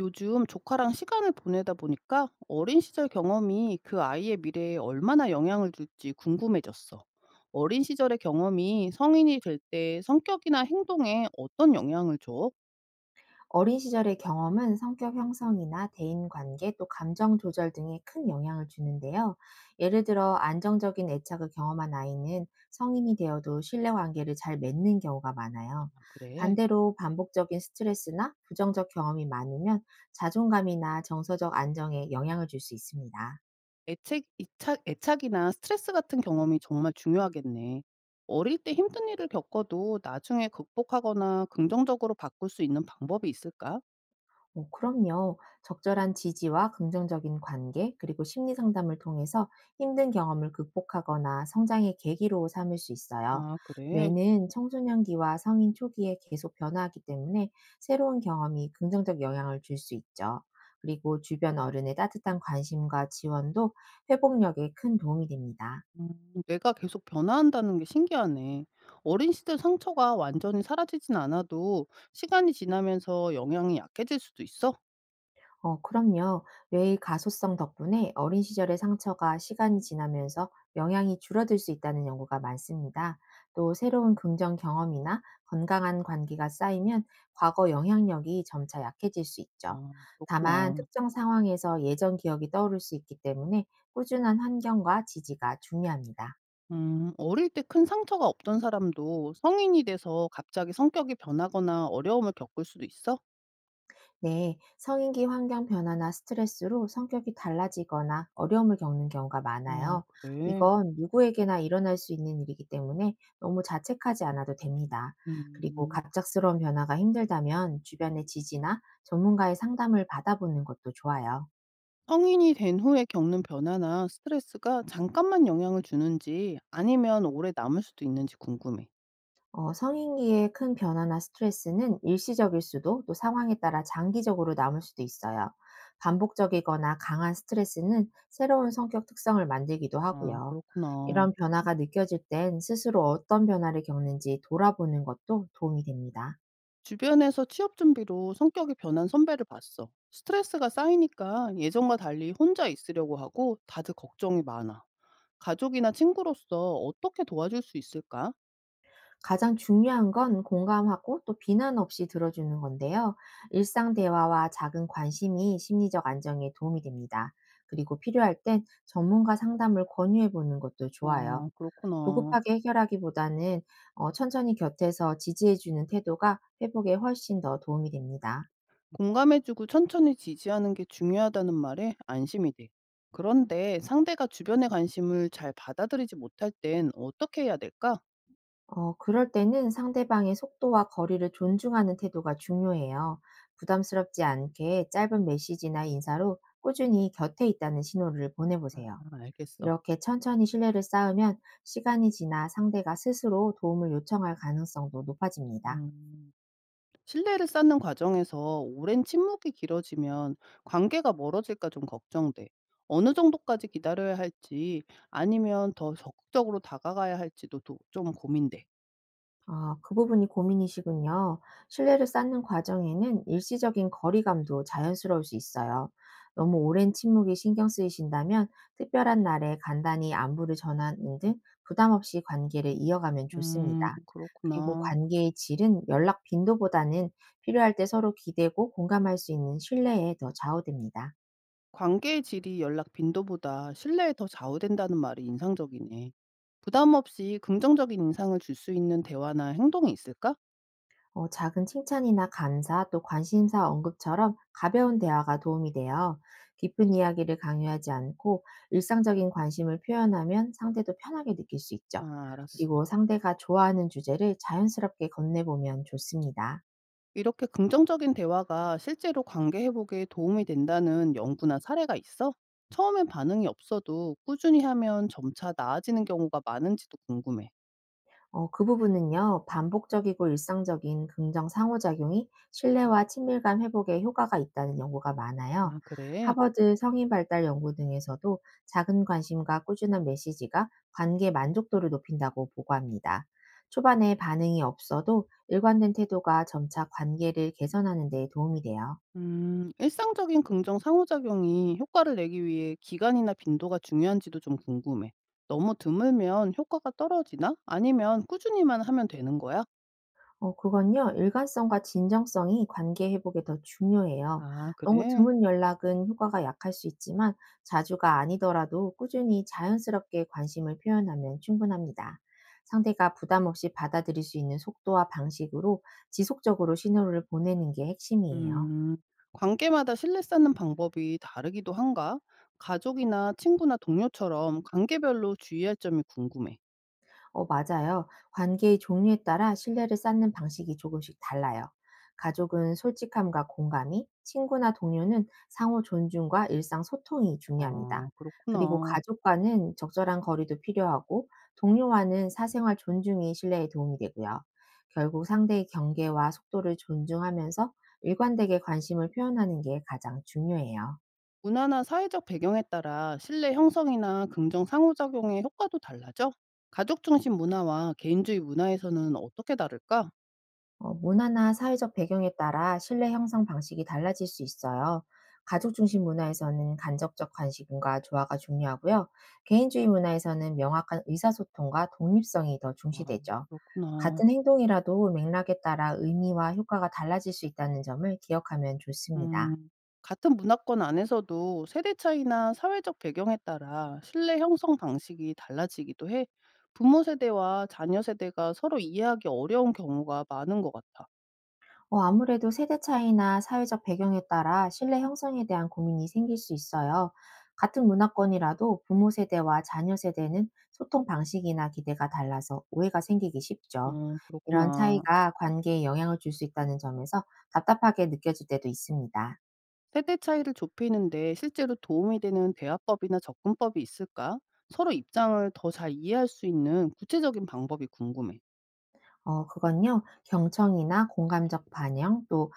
요즘 조카랑 시간을 보내다 보니까 어린 시절 경험이 그 아이의 미래에 얼마나 영향을 줄지 궁금해졌어. 어린 시절의 경험이 성인이 될 때 성격이나 행동에 어떤 영향을 줘? 어린 시절의 경험은 성격 형성이나 대인관계 또 감정 조절 등에 큰 영향을 주는데요. 예를 들어 안정적인 애착을 경험한 아이는 성인이 되어도 신뢰관계를 잘 맺는 경우가 많아요. 아, 그래. 반대로 반복적인 스트레스나 부정적 경험이 많으면 자존감이나 정서적 안정에 영향을 줄 수 있습니다. 애착이나 스트레스 같은 경험이 정말 중요하겠네. 어릴 때 힘든 일을 겪어도 나중에 극복하거나 긍정적으로 바꿀 수 있는 방법이 있을까? 그럼요. 적절한 지지와 긍정적인 관계, 그리고 심리 상담을 통해서 힘든 경험을 극복하거나 성장의 계기로 삼을 수 있어요. 아, 그래. 뇌는 청소년기와 성인 초기에 계속 변화하기 때문에 새로운 경험이 긍정적 영향을 줄 수 있죠. 그리고 주변 어른의 따뜻한 관심과 지원도 회복력에 큰 도움이 됩니다. 음, 내가 계속 변화한다는 게 신기하네. 어린 시절 상처가 완전히 사라지진 않아도 시간이 지나면서 영향이 약해질 수도 있어? 그럼요. 뇌의 가소성 덕분에 어린 시절의 상처가 시간이 지나면서 영향이 줄어들 수 있다는 연구가 많습니다. 또 새로운 긍정 경험이나 건강한 관계가 쌓이면 과거 영향력이 점차 약해질 수 있죠. 아, 다만 그렇구나. 특정 상황에서 예전 기억이 떠오를 수 있기 때문에 꾸준한 환경과 지지가 중요합니다. 어릴 때 큰 상처가 없던 사람도 성인이 돼서 갑자기 성격이 변하거나 어려움을 겪을 수도 있어? 네, 성인기 환경 변화나 스트레스로 성격이 달라지거나 어려움을 겪는 경우가 아, 많아요. 그래. 이건 누구에게나 일어날 수 있는 일이기 때문에 너무 자책하지 않아도 됩니다. 그리고 음. 갑작스러운 변화가 힘들다면 주변의 지지나 전문가의 상담을 받아보는 것도 좋아요. 성인이 된 후에 겪는 변화나 스트레스가 잠깐만 영향을 주는지 아니면 오래 남을 수도 있는지 궁금해. 성인기의 큰 변화나 스트레스는 일시적일 수도 또 상황에 따라 장기적으로 남을 수도 있어요. 반복적이거나 강한 스트레스는 새로운 성격 특성을 만들기도 아, 하고요. 그렇구나. 이런 변화가 느껴질 땐 스스로 어떤 변화를 겪는지 돌아보는 것도 도움이 됩니다. 주변에서 취업 준비로 성격이 변한 선배를 봤어. 스트레스가 쌓이니까 예전과 달리 혼자 있으려고 하고 다들 걱정이 많아. 가족이나 친구로서 어떻게 도와줄 수 있을까? 가장 중요한 건 공감하고 또 비난 없이 들어주는 건데요. 일상 대화와 작은 관심이 심리적 안정에 도움이 됩니다. 그리고 필요할 땐 전문가 상담을 권유해 보는 것도 좋아요. 아, 그렇구나. 조급하게 해결하기보다는 천천히 곁에서 지지해 주는 태도가 회복에 훨씬 더 도움이 됩니다. 공감해주고 천천히 지지하는 게 중요하다는 말에 안심이 돼. 그런데 상대가 주변의 관심을 잘 받아들이지 못할 땐 어떻게 해야 될까? 그럴 때는 상대방의 속도와 거리를 존중하는 태도가 중요해요. 부담스럽지 않게 짧은 메시지나 인사로 꾸준히 곁에 있다는 신호를 보내보세요. 아, 알겠어. 이렇게 천천히 신뢰를 쌓으면 시간이 지나 상대가 스스로 도움을 요청할 가능성도 높아집니다. 음. 신뢰를 쌓는 과정에서 오랜 침묵이 길어지면 관계가 멀어질까 좀 걱정돼. 어느 정도까지 기다려야 할지 아니면 더 적극적으로 다가가야 할지도 좀 고민돼. 아, 그 부분이 고민이시군요. 신뢰를 쌓는 과정에는 일시적인 거리감도 자연스러울 수 있어요. 너무 오랜 침묵이 신경 쓰이신다면 특별한 날에 간단히 안부를 전하는 등 부담 없이 관계를 이어가면 좋습니다. 그리고 그렇구나. 관계의 질은 연락 빈도보다는 필요할 때 서로 기대고 공감할 수 있는 신뢰에 더 좌우됩니다. 관계의 질이 연락 빈도보다 신뢰에 더 좌우된다는 말이 인상적이네. 부담 없이 긍정적인 인상을 줄 수 있는 대화나 행동이 있을까? 작은 칭찬이나 감사 또 관심사 언급처럼 가벼운 대화가 도움이 돼요. 깊은 이야기를 강요하지 않고 일상적인 관심을 표현하면 상대도 편하게 느낄 수 있죠. 아, 알았어. 그리고 상대가 좋아하는 주제를 자연스럽게 건네보면 좋습니다. 이렇게 긍정적인 대화가 실제로 관계 회복에 도움이 된다는 연구나 사례가 있어? 처음엔 반응이 없어도 꾸준히 하면 점차 나아지는 경우가 많은지도 궁금해. 그 부분은요, 반복적이고 일상적인 긍정 상호작용이 신뢰와 친밀감 회복에 효과가 있다는 연구가 많아요. 아, 그래? 하버드 성인 발달 연구 등에서도 작은 관심과 꾸준한 메시지가 관계 만족도를 높인다고 보고합니다. 초반에 반응이 없어도 일관된 태도가 점차 관계를 개선하는 데 도움이 돼요. 일상적인 긍정 상호작용이 효과를 내기 위해 기간이나 빈도가 중요한지도 좀 궁금해. 너무 드물면 효과가 떨어지나? 아니면 꾸준히만 하면 되는 거야? 그건요. 일관성과 진정성이 관계 회복에 더 중요해요. 아, 너무 그래? 드문 연락은 효과가 약할 수 있지만 자주가 아니더라도 꾸준히 자연스럽게 관심을 표현하면 충분합니다. 상대가 부담 없이 받아들일 수 있는 속도와 방식으로 지속적으로 신호를 보내는 게 핵심이에요. 음, 관계마다 신뢰 쌓는 방법이 다르기도 한가? 가족이나 친구나 동료처럼 관계별로 주의할 점이 궁금해. 어, 맞아요. 관계의 종류에 따라 신뢰를 쌓는 방식이 조금씩 달라요. 가족은 솔직함과 공감이, 친구나 동료는 상호 존중과 일상 소통이 아, 중요합니다. 그리고 그렇구나. 가족과는 적절한 거리도 필요하고, 동료와는 사생활 존중이 신뢰에 도움이 되고요. 결국 상대의 경계와 속도를 존중하면서 일관되게 관심을 표현하는 게 가장 중요해요. 문화나 사회적 배경에 따라 신뢰 형성이나 긍정 상호작용의 효과도 달라져? 가족 중심 문화와 개인주의 문화에서는 어떻게 다를까? 문화나 사회적 배경에 따라 신뢰 형성 방식이 달라질 수 있어요. 가족 중심 문화에서는 간접적 관심과 조화가 중요하고요. 개인주의 문화에서는 명확한 의사소통과 독립성이 더 아, 중시되죠. 그렇구나. 같은 행동이라도 맥락에 따라 의미와 효과가 달라질 수 있다는 점을 기억하면 좋습니다. 음, 같은 문화권 안에서도 세대 차이나 사회적 배경에 따라 신뢰 형성 방식이 달라지기도 해. 부모 세대와 자녀 세대가 서로 이해하기 어려운 경우가 많은 것 같아. 아무래도 세대 차이나 사회적 배경에 따라 신뢰 형성에 대한 고민이 생길 수 있어요. 같은 문화권이라도 부모 세대와 자녀 세대는 소통 방식이나 기대가 달라서 오해가 생기기 쉽죠. 이런 그렇구나. 차이가 관계에 영향을 줄 수 있다는 점에서 답답하게 느껴질 때도 있습니다. 세대 차이를 좁히는데 실제로 도움이 되는 대화법이나 접근법이 있을까? 서로 입장을 더 잘 이해할 수 있는 구체적인 방법이 궁금해. 그건요. 경청이나 공감적 반영 또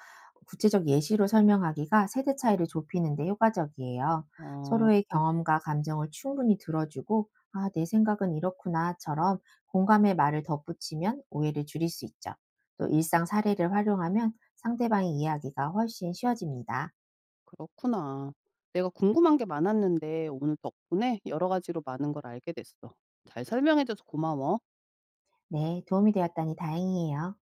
구체적 예시로 설명하기가 세대 차이를 좁히는 데 효과적이에요. 어, 서로의 어. 경험과 감정을 충분히 들어주고 "아 내 생각은 이렇구나."처럼 공감의 말을 덧붙이면 오해를 줄일 수 있죠. 또 일상 사례를 활용하면 상대방의 이야기가 훨씬 쉬워집니다. 그렇구나. 내가 궁금한 게 많았는데 오늘 덕분에 여러 가지로 많은 걸 알게 됐어. 잘 설명해줘서 고마워. 네 도움이 되었다니 다행이에요.